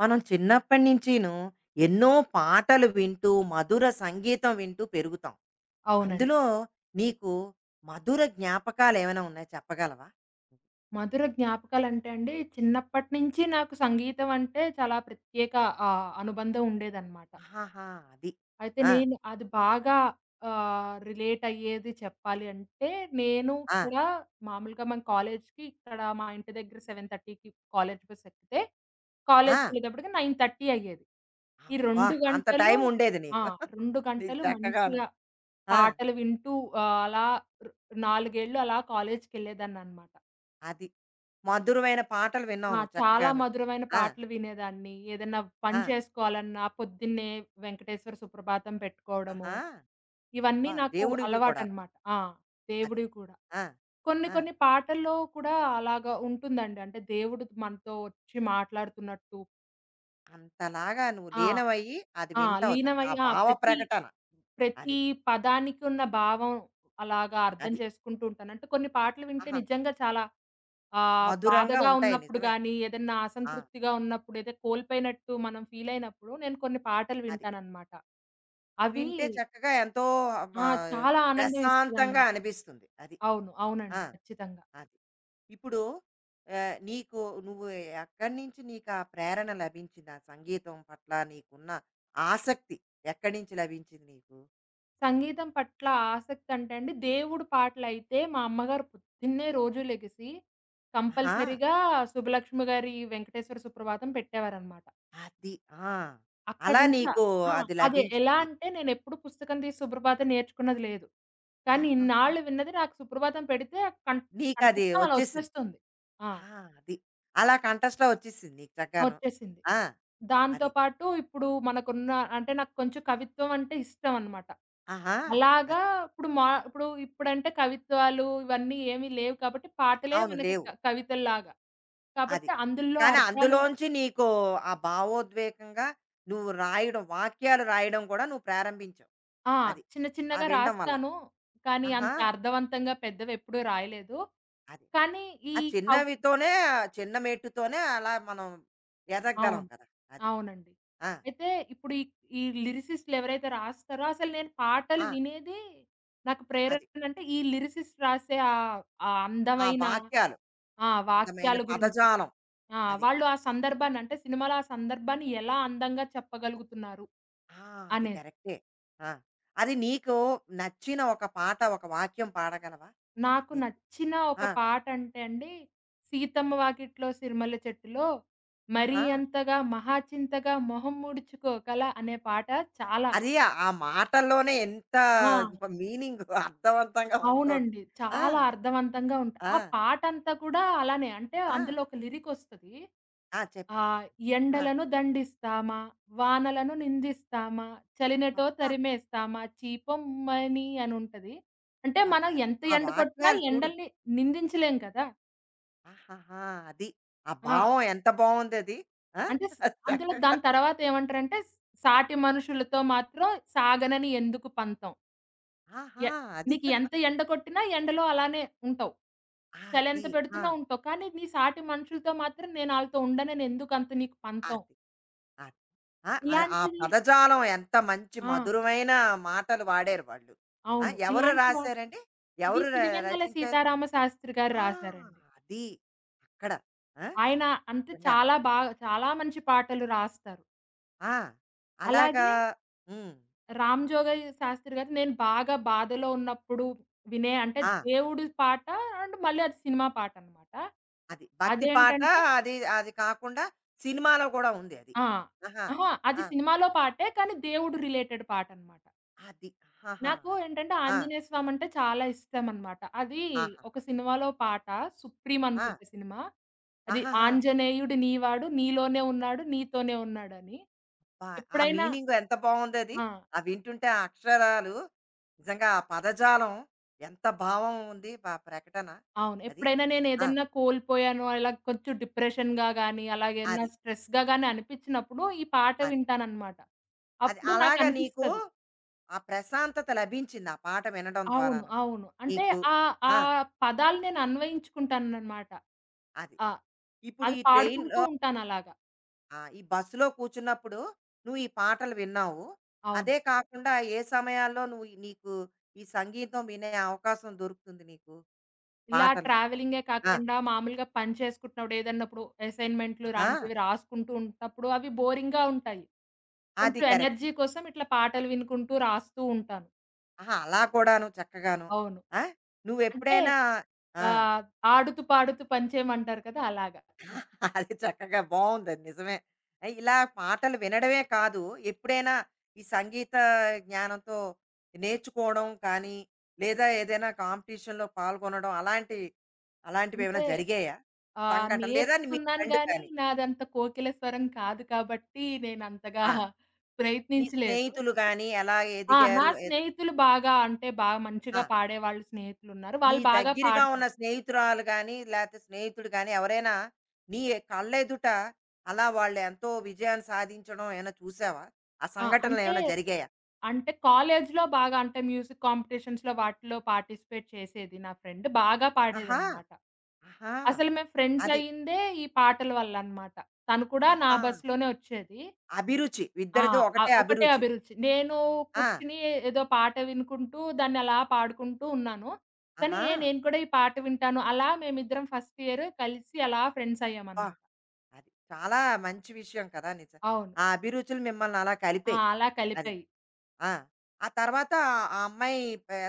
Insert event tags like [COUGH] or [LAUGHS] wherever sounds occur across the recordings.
మనం చిన్నప్పటి నుంచీను ఎన్నో పాటలు వింటూ, మధుర సంగీతం వింటూ పెరుగుతాం. అవునండి. అందులో నీకు మధుర జ్ఞాపకాలేమైనా ఉన్నాయా, చెప్పగలవా? మధుర జ్ఞాపకాలంటే అండి, చిన్నప్పటి నుంచి నాకు సంగీతం అంటే చాలా ప్రత్యేక అనుబంధం ఉండేదనమాట. ఆహాహా! అది. అయితే ఆ! నేను అది బాగా రిలేట్ అయ్యేది చెప్పాలి అంటే, నేను ఆ! కూడా మామూలుగా మన కాలేజ్‌కి ఇక్కడ మా ఇంటి దగ్గర 7:30కి కాలేజ్ బస్ ఎక్కితే, ఆ! కాలేజ్‌కెళ్ళేటప్పటికి 9:30 అయ్యేది. ఈ అబ్బా! 2 అంత గంటలు టైం ఉండేది ఆ! నీకు. [LAUGHS] 2 నీకు గంటలు చక్కగాను. మంచిగా ఆ! పాటలు వింటూ అలా ర్ 4 ఏళ్ళు అలా కాలేజ్‌కెళ్ళేదాన్ననమాట. అది. మధురమైన పాటలు విన్నావు ఆ! నువ్వు చాలా చక్కగాను. మధురమైన ఆ! పాటలు వినేదాన్ని. ఏదన్నా ఆ! పని చేసుకోవాలన్నా పొద్దున్నే వెంకటేశ్వర సుప్రభాతం పెట్టుకోవడము. ఆహా! ఇవన్నీ అబ్బా! నాకు దేవుడివి కూడాను. అలవాటనమాట. ఆ! అది. దేవుడివి కూడా. ఆ! కొన్ని ఆ! కొన్ని పాటల్లో కూడా అలాగా ఉంటుందండి. అంటే దేవుడు మనతో వచ్చి మాట్లాడుతున్నట్టు అంతలాగా నువ్వు ఆ! లీనమయ్యి అది ఆ! వింటావు చక్కగా. లీనమై ఆ ఆ! భావ ప్రతి, ప్రకటన ప్రతి అది. పదానికి ఉన్న భావం అలాగా అర్థం అది. చేసుకుంటూ ఉంటాను. అంటే కొన్ని పాటలు వింటే ఆహాహా! నిజంగా చాలా మధురంగా బాధగా ఉంటాయి ఉన్నప్పుడు నిజమే. గానీ, ఏదన్నా ఆ! అసంతృప్తిగా ఉన్నప్పుడు, ఏదో కోల్పోయినట్టు మనం ఫీలయినప్పుడు, నేను కొన్ని పాటలు అది. వింటాననమాట. అవి వింటే చక్కగా ఎంతో మ ఆ! చాలా ఆనందం ప్రశాంతంగా ఇస్తదనమాట. అనిపిస్తుంది. అది. అవును. ఆ! అవునండి. ఖచ్చితంగా. అది. ఇప్పుడు నీకు నువ్వు ఎక్కడి నుంచి నీకా ప్రేరణ లభించింది? ఆ సంగీతం పట్ల నీకున్న ఆసక్తి ఎక్కడి నుంచి లభించింది నీకు? సంగీతం పట్ల ఆసక్తంటే అండి, దేవుడు పాటలయితే మా అమ్మగారు పొద్దున్నే రోజు లెగిసి, ఆహా! కంపల్సరీగా 'సుబ్బలక్ష్మి' గారి 'వెంకటేశ్వర సుప్రభాతం' పెట్టేవారనమాట. అది. ఆ! అక్కడి అలా నుంచి ఆ! నీకు ఆ, అది అదే. ఎలా లభించింది. అంటే నేనెప్పుడు పుస్తకం తీసి సుప్రభాతం నేర్చుకున్నది లేదు. కానీ ఆహాహా! ఇన్నాళ్ళు విన్నది నాకు సుప్రభాతం పెడితే కం నీకది కంఠస్థం అలా వచ్చేసింది. వచ్చేస్తుంది. ఆ! ఆ! అది. అలా కంటెస్ట్‌లో వచ్చేసింది నీకు చక్కను. వచ్చేసింది. ఆ! దాంతో అది. పాటు ఇప్పుడు మనకున్న అంటే నాకు కొంచెం కవిత్వం అంటే ఇష్టం అన్నమాట. ఆహా! అలాగా అది. ఇప్పుడు మా ఇప్పుడు ఇప్పుడంటే కవిత్వాలు ఇవన్నీ ఏమీ లేవు కాబట్టి పాటలే అవును, మనకి లేవు. కవితల్లాగా. అది. కాబట్టి అందులో కానీ అర్థాలు అందులోంచి నీకు ఆ భావోద్వేగంగా నువ్వు రాయడం, వాక్యాలు రాయడం కూడా నువ్వు ప్రారంభించావు. ఆ! అది. చిన్న ఆ చిన్నగా వినడం వల్ల. రాస్తాను. కానీ ఆహా! అంత అర్థవంతంగా పెద్దవెప్పుడూ రాయలేదు. అది. కానీ ఈ ఆ కవ్ చిన్నవితోనే ఆ చిన్న మెట్టుతోనే అలా మనం ఎదగగలం అవును. కదా! అది. అవునండి. ఆ! అయితే ఇప్పుడు ఈ ఈ లిరిసిస్ట్‌లు ఎవరైతే రాస్తారో అసలు నేను పాటలు ఆ! వినేది నాకు అది. ప్రేరణ అంటే ఈ లిరిసిస్ట్ రాసే ఆ ఆ అందమైన వాక్యాలు ఆ! అందమైన వాక్యాల గురించి. పదజాలం. ఆ! అది. వాళ్ళు ఆ సందర్భాన్ని అంటే సినిమాలో ఆ సందర్భాన్ని ఎలా అందంగా చెప్పగలుగుతున్నారు ఆ! అది అనేది. కరెక్టే. ఆ! అది నీకు నచ్చిన ఒక పాట, ఒక వాక్యం పాడగలవా? నాకు నీకు నచ్చిన ఒక ఆ! పాటంటే అండి, 'సీతమ్మ వాకిట్లో సిరిమల్లె చెట్టులో' 'మరీ ఆహా! అంతగా మహాచింతగా మొహం ముడుచుకోకల' అనే పాట చాలా అది ఆ మాటల్లోనే ఎంత ఆ! మీనింగ్, అర్థవంతంగా ఉంటోంది. అవునండి. ఆ! చాలా అర్థవంతంగా ఉంట ఆ! ఆ పాటంతా కూడా అలానే అంటే ఆ! అందులో ఒక లిరికొస్తది. ఆ! చెప్పండి, ఆహ్, చెప్పండి. ఆ! ఎండలను దండిస్తామా, వానలను నిందిస్తామా, చలినెటో అబ్బా! తరిమేస్తామా చీపొమ్మని అనుంటది. అంటే అబ్బా! మనం ఎంత ఆ ఎండ కొట్టినా వాక్యాలు చూడు. ఎండల్ని నిందించలేం కదా! ఆహాహా! అది. ఆ ఆ! భావం ఎంత బావుందది. ఆ! అంటే స్ అందులో చక్కగా దాని తర్వాత ఏమంటారంటే సాటి మనుషులతో మాత్రం సాగనని ఎందుకు పంతం. ఆహా! ఎ అది. నీకు ఎంత ఎండ కొట్టినా ఎండలో అలానే ఉంటావు. చలెంత అది. ఆ! పెడుతున్నా ఉంటావు. కానీ నీ సాటి మనుషులతో మాత్రం నేను ఆళ్ళతో ఉండనని ఎందుకంత నీకు పంతం. అది. అది. ఆ! అది ఆ ఇలాంటివి పదజాలం ఎంత మంచి ఆ! మధురమైన మాటలు వాడారు వాళ్ళు. ఆ! అవును. ఎవరు ఇలాంటివ రాశారండి? ఇది ఎవరు ర సిరివెన్నెల రచించారు? సీతారామ శాస్త్రి గారు ఆ! రాశారండి. అది. అక్కడ. ఆ! ఆయన అంతే నిజంగా. చాలా బాగా చాలా మంచి పాటలు రాస్తారు. ఆ! అలాగా అలాగే హ్మ్. 'రామ్ జోగయ్య శాస్త్రి' గారిది నేను బాగా బాధలో ఉన్నప్పుడు వినే అంటే ఆ! దేవుడి పాట అండ్ మళ్ళీ అది సినిమా పాటనమాట. అది. భక్తి పాట అదేంటంటే అది, అది కాకుండా సినిమాలో కూడా ఉంది అది. ఆ! ఆహా! అహా! అది ఆ! సినిమాలో పాటే కానీ దేవుడు రిలేటెడ్ పాటనమాట. అది. ఆహాహా! నాకు అది. ఏంటంటే ఆ! ఆంజనేయ స్వామంటే చాలా ఇష్టమనమాట. అది ఆహా! ఒక సినిమాలో పాట 'సుప్రీం' ఆ! అనుకుంటా సినిమా. అది ఆహాహా! ఆంజనేయుడు నీవాడు నీలోనే ఉన్నాడు నీతోనే ఉన్నాడని. అబ్బా! ఆ ఎప్పుడైనా మీనింగ్ ఎంత బావుందది. ఆ! ఆ వింటుంటే ఆ అక్షరాలు నిజంగా ఆ పదజాలం ఎంత భావం ఉంది ఆ ప్రకటన అవును. అది. ఎప్పుడైనా ఆ! నేనేదన్నా కోల్పోయాను అలా కొంచెం డిప్రెషన్‌గా గానీ, అలాగేమన్నా అది. స్ట్రెస్‌గా గానీ అనిపిచ్చినప్పుడు ఈ పాట అది. వింటాననమాట. అది. అప్పుడు అలాగా నీకు నాకనిపిస్తది. ఆ ప్రశాంతత లభించింది ఆ పాట వినడం అవును. ద్వారాను అవును. అంటే నీకు. ఆ ఆ! పదాలు నేను అన్వయించుకుంటాననమాట. అది. ఆ! ఇప్పుడు అది ఈ పాడుకుంటూ ట్రైన్‌లో ఉంటానలాగా. ఆ! ఈ బస్సులో కూర్చున్నప్పుడు నువ్వు ఈ పాటలు విన్నావు. అవును. అదే కాకుండా ఏ సమయాల్లో నువ్వు నీకు ఈ సంగీతం వినే అవకాశం దొరుకుతుంది నీకు? ఇలా పాటలు. ట్రావెలింగే ఆ! కాకుండా మామూలుగా పని చేసుకుంటున్నప్పుడు ఏదన్నప్పుడు అసైన్‌మెంట్లు ఆహా! లాంటివి రాసుకుంటూ ఉంటప్పుడు అవి బోరింగ్‌గా ఉంటాయి. అది కొంచెం కరెక్ట్. ఎనర్జీ కోసం ఇట్లా పాటలు వినుకుంటూ రాస్తూ ఉంటాను. ఆహా! అలా కూడాను చక్కగాను. అవును. ఆ! అంటే నువ్వెప్పుడైనా ఆ! ఆహ్, ఆడుతూ పాడుతూ పంచేయమంటారు కదా! అలాగా. [LAUGHS] అది చక్కగా బావుందది నిజమే. ఇలా పాటలు వినడమే కాదు, ఎప్పుడైనా ఈ సంగీత జ్ఞానంతో నేర్చుకోవడం కానీ, లేదా ఏదైనా కాంపిటీషన్‌లో పాల్గొనడం, అలాంటి అలాంటివేమైనా అంటే జరిగాయా? సంఘటన లేదా మీ నేర్చుకున్నాను ఫ్రెండ్ గానీ, గాని. నాదంత కోకిల స్వరం కాదు కాబట్టి, నేనంతగా ఆ! నీ ప్రయత్నించలేదు. స్నేహితులు గాని ఎలా ఆ! నా ఎదిగారు? ఏది స్నేహితులు బాగా అంటే, బాగా ఆ! మంచిగా పాడేవాళ్ళు స్నేహితులున్నారు. నీ వాళ్ళు బాగా దగ్గరగా ఉన్న పాడతారు. స్నేహితురాలు గాని, లేతే స్నేహితుడు గాని ఎవరైనా నీ కళ్ళెదుట అలా వాళ్ళు ఎంతో విజయాన్ని సాధించడం ఏమైనా చూసావా? ఆ ఆ! సంఘటనలు అంటే, ఏమైనా జరిగాయా? అంటే కాలేజీలో బాగా అంటే, మ్యూజిక్ కాంపిటీషన్స్‌లో వాటిలో పార్టిసిపేట్ చేసేది నా ఫ్రెండ్. బాగా ఆహా! పాడేదనమాట. ఆహా! అసలు మేము అది. ఫ్రెండ్సయ్యిందే ఈ పాటల వల్లనమాట. తను కూడా నా ఆహా! బస్‌లోనే ఒచ్చేది. అభిరుచి. ఆ! ఇద్దరిది ఒకటే ఒకటే అభిరుచి. అభిరుచి. నేను ఆ! కూర్చొని ఏదో పాట వినుకుంటూ దాన్ని అలా పాడుకుంటూ ఉన్నాను. కానీ ఆహా! ఏ నేను కూడా ఈ పాట వింటాను. అలా మేమిద్దరం ఫస్ట్ ఇయర్ కలిసి అలా ఫ్రెండ్స్ అబ్బా! అయ్యామనమాట. అది చాలా మంచి విషయం కదా! నిజం. అవును. ఆ అభిరుచులు మిమ్మల్ని అలా ఆ! కలిపాయి. అలా అది. కలిపాయి. ఆ! ఆ తర్వాత ఆ అమ్మాయి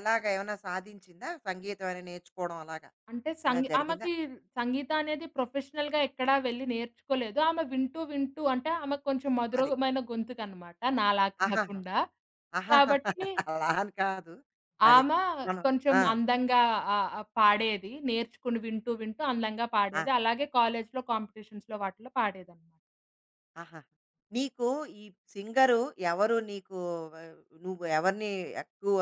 ఎలాగ ఏమైనా సాధించిందా? సంగీతం ఏమైనా నేర్చుకోవడం అలాగా? అంటే ఏమైనా సంగీ జరిగిందా? ఆమెకి సంగీతం అనేది ప్రొఫెషనల్‌గా ఎక్కడా వెళ్లి నేర్చుకోలేదు. ఆమె వింటూ వింటూ అంటే ఆమెకు కొంచెం అది. మధురమైన గొంతుకనమాట నాలా ఆహాహా! కాకుండా. ఆహాహా! కాబట్టి అలా అని కాదు. అదే. ఆమ మనం కొంచెం ఆ! అందంగా ఆహ్, ఆహ్, పాడేది. నేర్చుకుని వింటూ, వింటూ అందంగా ఆ! పాడేది. అలాగే కాలేజ్‌లో కాంపిటీషన్స్‌లో వాటిలో పాడేదనమాట. ఆహాహా! నీకు ఈ సింగరు ఎవరు నీకు ఆహ్, నువ్వు ఎవరిని ఎక్కువ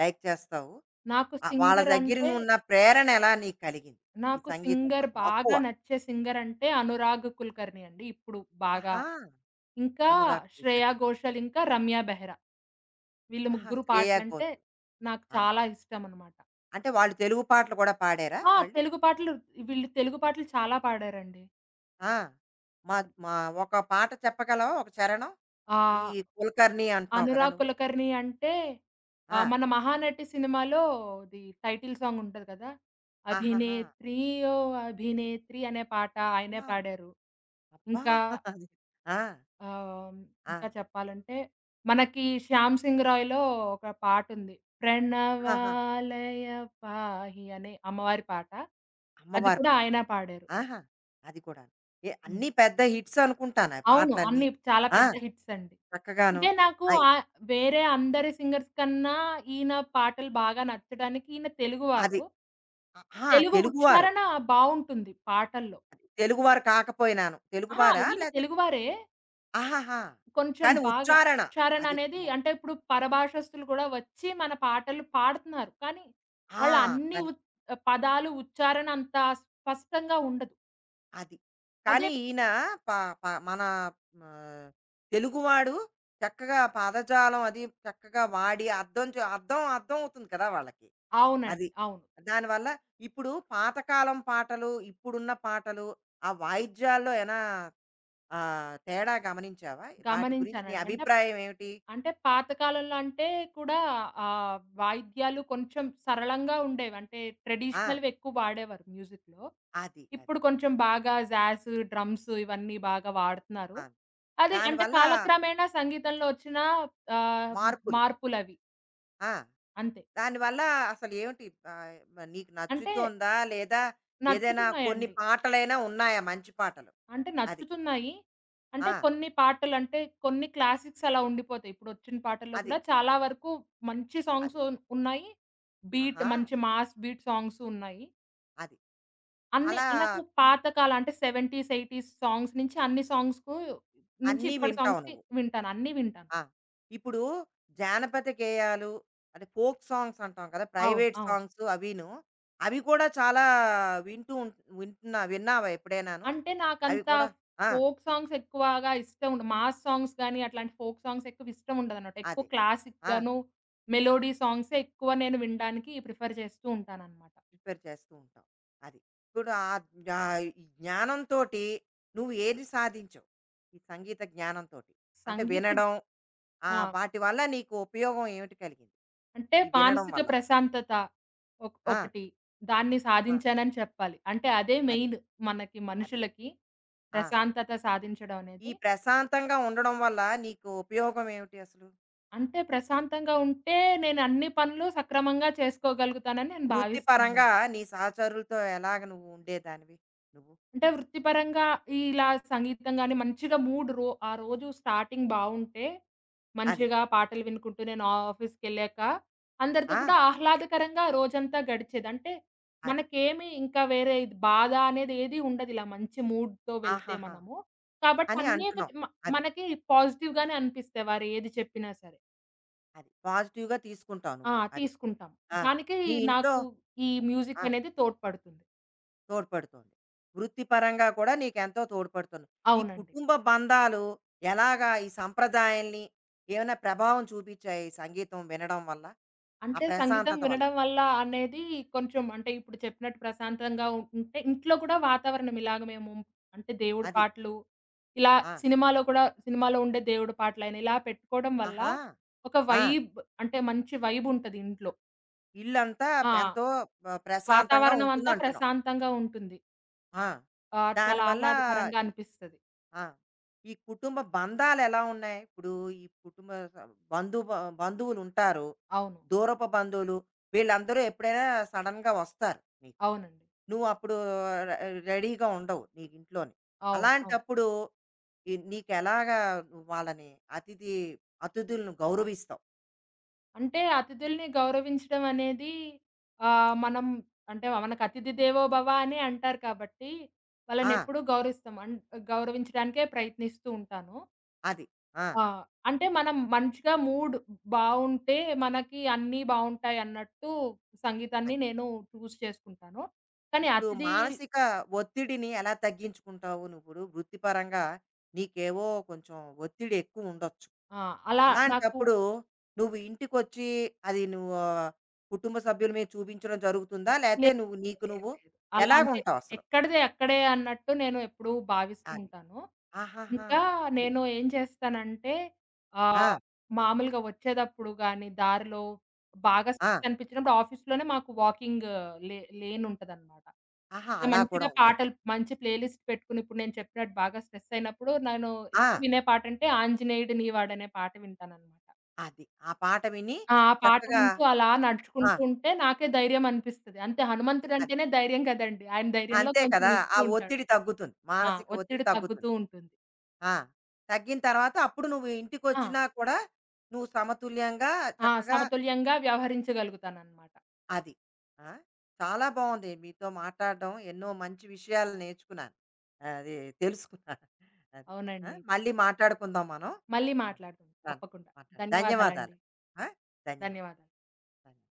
లైక్ చేస్తావు? నాకు వాళ్ళ సింగర్ దగ్గర అంటే నున్న ప్రేరణ ఎలా నీకు కలిగింది? ఈ నాకు సంగీతం సింగర్ పక్క మక్కువ. బాగా నచ్చే సింగర్ అంటే అనురాగ్ కుల్కర్ణి అండి. ఇప్పుడు బాగా. ఆహా! ఇంకా అనురాగ్ శ్రేయా కుల్కర్ణి. ఘోషల్, ఇంకా రమ్య బెహ్రా. వీళ్ళు ఆహా! ముగ్గురు శ్రేయ పాటలంటే ఘోషల్. నాకు ఆ! చాలా ఇష్టమనమాట. అంటే వాళ్ళు తెలుగు పాటలు కూడా పాడారా ఆ! వాళ్ళు? తెలుగు పాటలు వీళ్ళు తెలుగు పాటలు చాలా పాడారండి. ఆ! మా మా ఒక పాట చెప్పగలవా? ఒక చరణం? ఆ! ఈ కుల్కర్ణి అంటున్నావు కదా అనురాగ్ నువ్వు? కులకర్ణి అంటే ఆ! మన 'మహానటి' సినిమాలో ఇది టైటిల్ సాంగ్ ఉంటది కదా! ఆహాహా! 'అభినేత్రి ఓ అభినేత్రి' అనే పాట ఆయనే ఆ! పాడారు. అబ్బా! ఇంకా అది. ఆ! ఆహ్, ఆ! ఇంకా చెప్పాలంటే మనకి 'శ్యామ్ సింగ్ రాయ్‌లో' ఒక పాటుంది. ఆహా! 'ప్రణవాలయ పాహి' అనే అమ్మవారి పాట. అది అమ్మవారి కూడా పాట. ఆయన పాడారు. ఆహా! అది కూడాను. ఏ హ్మ్. అన్నీ పెద్ద హిట్స్ అనుకుంటాను ఆ అవును. అన్నీ పాటలన్నీను. చాలా ఆ! పెద్ద హిట్స్ అండి. చక్కగాను. అంటే నాకు అయి వేరే అందరి సింగర్స్ కన్నా ఈయన పాటలు బాగా నచ్చడానికి ఈయన అది. తెలుగువారు. అహా! తెలుగు తెలుగువారు. ఉచ్చారణ బావుంటుంది పాటల్లో. తెలుగువారు కాకపోయినాను. అహా! తెలుగువారా? ఈయన లేకపోతే తెలుగువారే. ఆహాహా! కొంచెం కానీ బాగా ఉచ్చారణ ఉచ్చారణ అది. అనేది మ అంటే ఇప్పుడు పరభాషస్తులు కూడా వచ్చి మన పాటలు పాడుతున్నారు. కానీ ఆ! వాళ్ళ అన్ని కానీ ఉ పదాలు ఉచ్చారణ అంత స్పష్టంగా ఉండదు. అది. అదే కానీ ఈయన ప ప మన ఆహ్, తెలుగువాడు చక్కగా పదజాలం అది చక్కగా వాడి అర్థం చే అర్థం అర్థం అవుతుంది కదా వాళ్ళకి. అవునండి. అది. అవును. దానివల్ల ఇప్పుడు పాతకాలం పాటలు, ఇప్పుడున్న పాటలు, ఆ వాయిద్యాల్లో ఏనా తేడా గమనించావా? వాటి గురించి నీ గమనించానండి. అంటే అభిప్రాయం ఏమిటి? అంటే పాత కాలంలో అంటే కూడా వాయిద్యాలు కొంచెం సరళంగా ఉండేవి. అంటే ఆ! ట్రెడిషనల్‌వి ఎక్కువ వాడేవారు మ్యూజిక్‌లో. అది. అది. ఇప్పుడు కొంచెం బాగా జాజ్, డ్రమ్స్ ఇవన్నీ బాగా వాడుతున్నారు. ఆ! అది అంటే దానివల్ల కాలక్రమేణా సంగీతంలో వచ్చిన ఆహ్, మార్పులు. మార్పులవి ఆ! అంతే. దానివల్ల అసలు ఏమిటి మరి నీకు అంటే నచ్చుతోందా? లేదా ఏదైనా కొన్ని నచ్చుతున్నాయండి. పాటలైనా ఉన్నాయా మంచి పాటలు? అంటే అది. నచ్చుతున్నాయి. అంటే ఆ! కొన్ని పాటలంటే కొన్ని క్లాసిక్స్ అలా ఉండిపోతాయి. ఇప్పుడొచ్చిన పాటల్లో అది. కూడా చాలా వరకు మంచి అది. సాంగ్స్ ఉన్నాయి. బీట్ ఆహా! మంచి మాస్ బీట్ సాంగ్స్ ఉన్నాయి. అది. అన్ని అలా నాకు ఈ పాత కాలం అంటే 70స్, 80స్ సాంగ్స్ నుంచి అన్ని సాంగ్స్‌కు నుంచి అన్నీ ఇప్పటి వింటావు సాంగ్స్‌కి నువ్వు. వింటాను. అన్నీ వింటాను. ఆ! ఇప్పుడు జానపద గేయాలు అంటే ఫోక్ సాంగ్స్ అంటాం కదా! అవును. ప్రైవేట్ అవును. సాంగ్స్ అవిను. అవి కూడా చాలా వింటూ ఉం వింటున్నా విన్నావా ఎప్పుడైనాను? అంటే అవి నాకంతా కూడా ఆ! ఫోక్ సాంగ్స్ ఎక్కువగా ఇష్టం ఉండవు. మాస్ సాంగ్స్ గాని, అట్లాంటి ఫోక్ సాంగ్స్ ఎక్కువ ఇష్టం ఉండదనమాట. ఎక్కువ అదే. ఆ! క్లాసిక్‌గాను, మెలోడీ సాంగ్సే ఎక్కువ నేను వినడానికి ప్రిఫర్ చేస్తూ ఉంటాననమాట. ప్రిపేర్ చేస్తూ ఉంటాం. అది. ఇప్పుడు ఆ జ్ఞా ఈ జ్ఞానంతోటి నువ్వు ఏది సాధించావు? ఈ సంగీత జ్ఞానంతోటి. అంటే సంగీత వినడం ఆ! వాటి వల్ల నీకు ఉపయోగం ఏమిటి కలిగింది? అంటే ఈ వినడం మానసిక వల్ల? ప్రశాంతత ఆ! ఒకటి. దాన్ని ఆ! సాధించానని చెప్పాలి. అంటే అదే అది. మెయిన్ మనకి అది. మనుషులకి ఆ! ప్రశాంతత సాధించడం ఈ అనేది. ప్రశాంతంగా ఉండడం వల్ల నీకు ఉపయోగం ఏమిటి అసలు? అంటే ప్రశాంతంగా ఉంటే నేను అన్ని పనులు సక్రమంగా చేసుకోగలుగుతానని నేను భావిస్తున్నాను. వృత్తిపరంగా నీ సహచరులతో ఎలాగ నువ్వు ఉండేదానివి నువ్వు? అంటే వృత్తిపరంగా ఇలా సంగీతం గాని మంచిగా మూడ్ రో ఆ రోజు స్టార్టింగ్ బావుంటే, అది. మంచిగా పాటలు వినుకుంటూ నేను ఆఫీస్‌కెళ్ళాక అందరితో ఆ! కూడా ఆహ్లాదకరంగా రోజంతా గడిచేది. అంటే అది. మనకేమి ఇంకా వేరే ఇది బాధ అనేది ఏది ఉండదు. ఇలా మంచి మూడ్‌తో వెళ్తే ఆహాహా! మనము. కాబట్టి అని అన్నీ ఒక అంటున్నావు. మ అది. మనకి పాజిటివ్‌గానే అనిపిస్తాయి. వారు ఏది చెప్పినా సరే. అది. పాజిటివ్‌గా తీసుకుంటావు ఆ! నువ్వు. అది. తీసుకుంటాం. ఆ! దానికి నీ ఇంట్లో నాకు ఈ ఆ! మ్యూజిక్ అనేది తోడ్పడుతుంది. తోడ్పడుతోంది. వృత్తిపరంగా కూడా నీకెంతో తోడ్పడుతుంది. ఈ అవునండి. కుటుంబ బంధాలు ఎలాగా ఈ సంప్రదాయాల్ని ఏమైనా ప్రభావం చూపించాయా ఈ సంగీతం వినడం వల్ల? ఆ అంటే సంగీతం ప్రశాంతత వల్ల? వినడం వల్ల అనేది కొంచెం అంటే ఇప్పుడు చెప్పినట్టు ప్రశాంతంగా ఉంటే ఇంట్లో కూడా వాతావరణం ఇలాగ మేము అంటే దేవుడి అది. పాటలు ఇలా ఆ! సినిమాలో కూడా సినిమాలో ఉండే దేవుడి పాటలైన ఇలా పెట్టుకోవడం వల్ల ఆహా! ఒక ఆ! వైబ్ అంటే మంచి వైబ్ ఉంటది ఇంట్లో. ఇల్లంతా ఆ! ఎంతో ప్రశాంతంగా వాతావరణం ఉంటుంది అంతా అంటున్నాం. ప్రశాంతంగా ఉంటుంది. ఆ చాలా దానివల్ల ఆహ్లాదకరంగా ఈ అనిపిస్తది. ఆ, ఈ కుటుంబ బంధాలు ఎలా ఉన్నాయి ఇప్పుడు ఈ కుటుంబ స- బంధువులు ఉంటారు అవును. దూరపు బంధువులు వీళ్ళందరూ ఎప్పుడైనా సడన్ గా వస్తారు నీకు అవునండి. నువ్వు అప్పుడు రె- రెడీగా ఉండవు నీ ఇంట్లోని అవును. అలాంటప్పుడు నీకు ఎలాగా నువ్వు వాళ్ళని అతిథి అతిథులను గౌరవిస్తావు అంటే అతిథుల్ని గౌరవించడం అనేది మనం అంటే మనకు అతిథి దేవో భవ అని అంటారు కాబట్టి, ఆ, వాళ్ళనెప్పుడూ గౌరవిస్తాం. గౌరవించడానికే ప్రయత్నిస్తూ ఉంటాను. అది ఆ, ఆ! అంటే మనం మంచిగా మూడ్ బావుంటే మనకి అన్నీ బావుంటాయి అన్నట్టు సంగీతాన్ని అది నేను చూజ్ చేసుకుంటాను. కానీ ఇప్పుడు అతిథి మానసిక ఒత్తిడిని ఎలా తగ్గించుకుంటావు నువ్వు? వృత్తిపరంగా నీకేవో కొంచెం ఒత్తిడి ఎక్కువ ఉండొచ్చు. ఆ! అలా నాకు అలాంటప్పుడు నువ్వు ఇంటికొచ్చి అది నువ్వు కుటుంబ సభ్యుల మీద చూపించడం జరుగుతుందా? లేతే లేదు. నువ్వు నీకు లేదు. నువ్వు లేదు. అలా అంటే ఎలాగుంటావసలు? ఎక్కడిది అక్కడే అన్నట్టు నేను ఎప్పుడూ భావిస్తూ అది. ఉంటాను. ఆహాహా! ఇంకా అది. నేను ఏం చేస్తానంటే ఆ! ఆహ్, మామూలుగా వచ్చేదప్పుడు గానీ, దారిలో బాగా ఆ! స్ట్రెస్ అనిపించినప్పుడు ఆఫీస్‌లోనే మాకు వాకింగ్ లేన్ ఉంటదనమాట. ఆహా! అలా కూడా మంచిగా ఉంటుంది. పాటలు మంచి ప్లేలిస్ట్ పెట్టుకుని ఇప్పుడు నేను చెప్పినట్టు బాగా స్ట్రెస్ అయినప్పుడు నేను ఆ! ఎక్కువ వినే పాటంటే ఆంజనేయుడు నీవాడనే పాట వింటాననమాట. అది. ఆ పాట విని ఆ ఆ పాట చక్కగా వింటూ అలా ఆ! నడుచుకుంటూ ఉంటే నాకే ధైర్యం అనిపిస్తది. అంతే అది. హనుమంతుడంటేనే ధైర్యం కదండీ! ఆయన ధైర్యంలో అంతే కొంచెం కదా! ఇస్తూ ఆ ఉంటాడు. ఒత్తిడి తగ్గుతుంది. ఆ! మానసిక ఒత్తిడి ఒత్తిడి తగ్గుతుంది. తగ్గుతూ ఉంటుంది. ఆ! తగ్గిన తర్వాత అప్పుడు నువ్వు ఆ! ఇంటికొచ్చినా కూడా నువ్వు సమతుల్యంగా ఆ! చక్కగా సమతుల్యంగా వ్యవహరించగలుగుతానన్నమాట. అది. ఆ! చాలా బావుంది మీతో మాట్లాడడం. ఎన్నో మంచి విషయాలు నేర్చుకున్నాను. అది తెలుసుకున్నాను. అది. ఆ! అవునండి. మళ్ళీ మాట్లాడుకుందాం మనం. మళ్ళీ సరే, మాట్లాడదాం. సరే, తప్పకుండా. మాట్లాడదాం. ధన్యవాదాలు. ధన్యవాదాలండి. ఆ! ధన్యవాదాలు, ధన్యవాదాలు. ధన్యవాదాలు.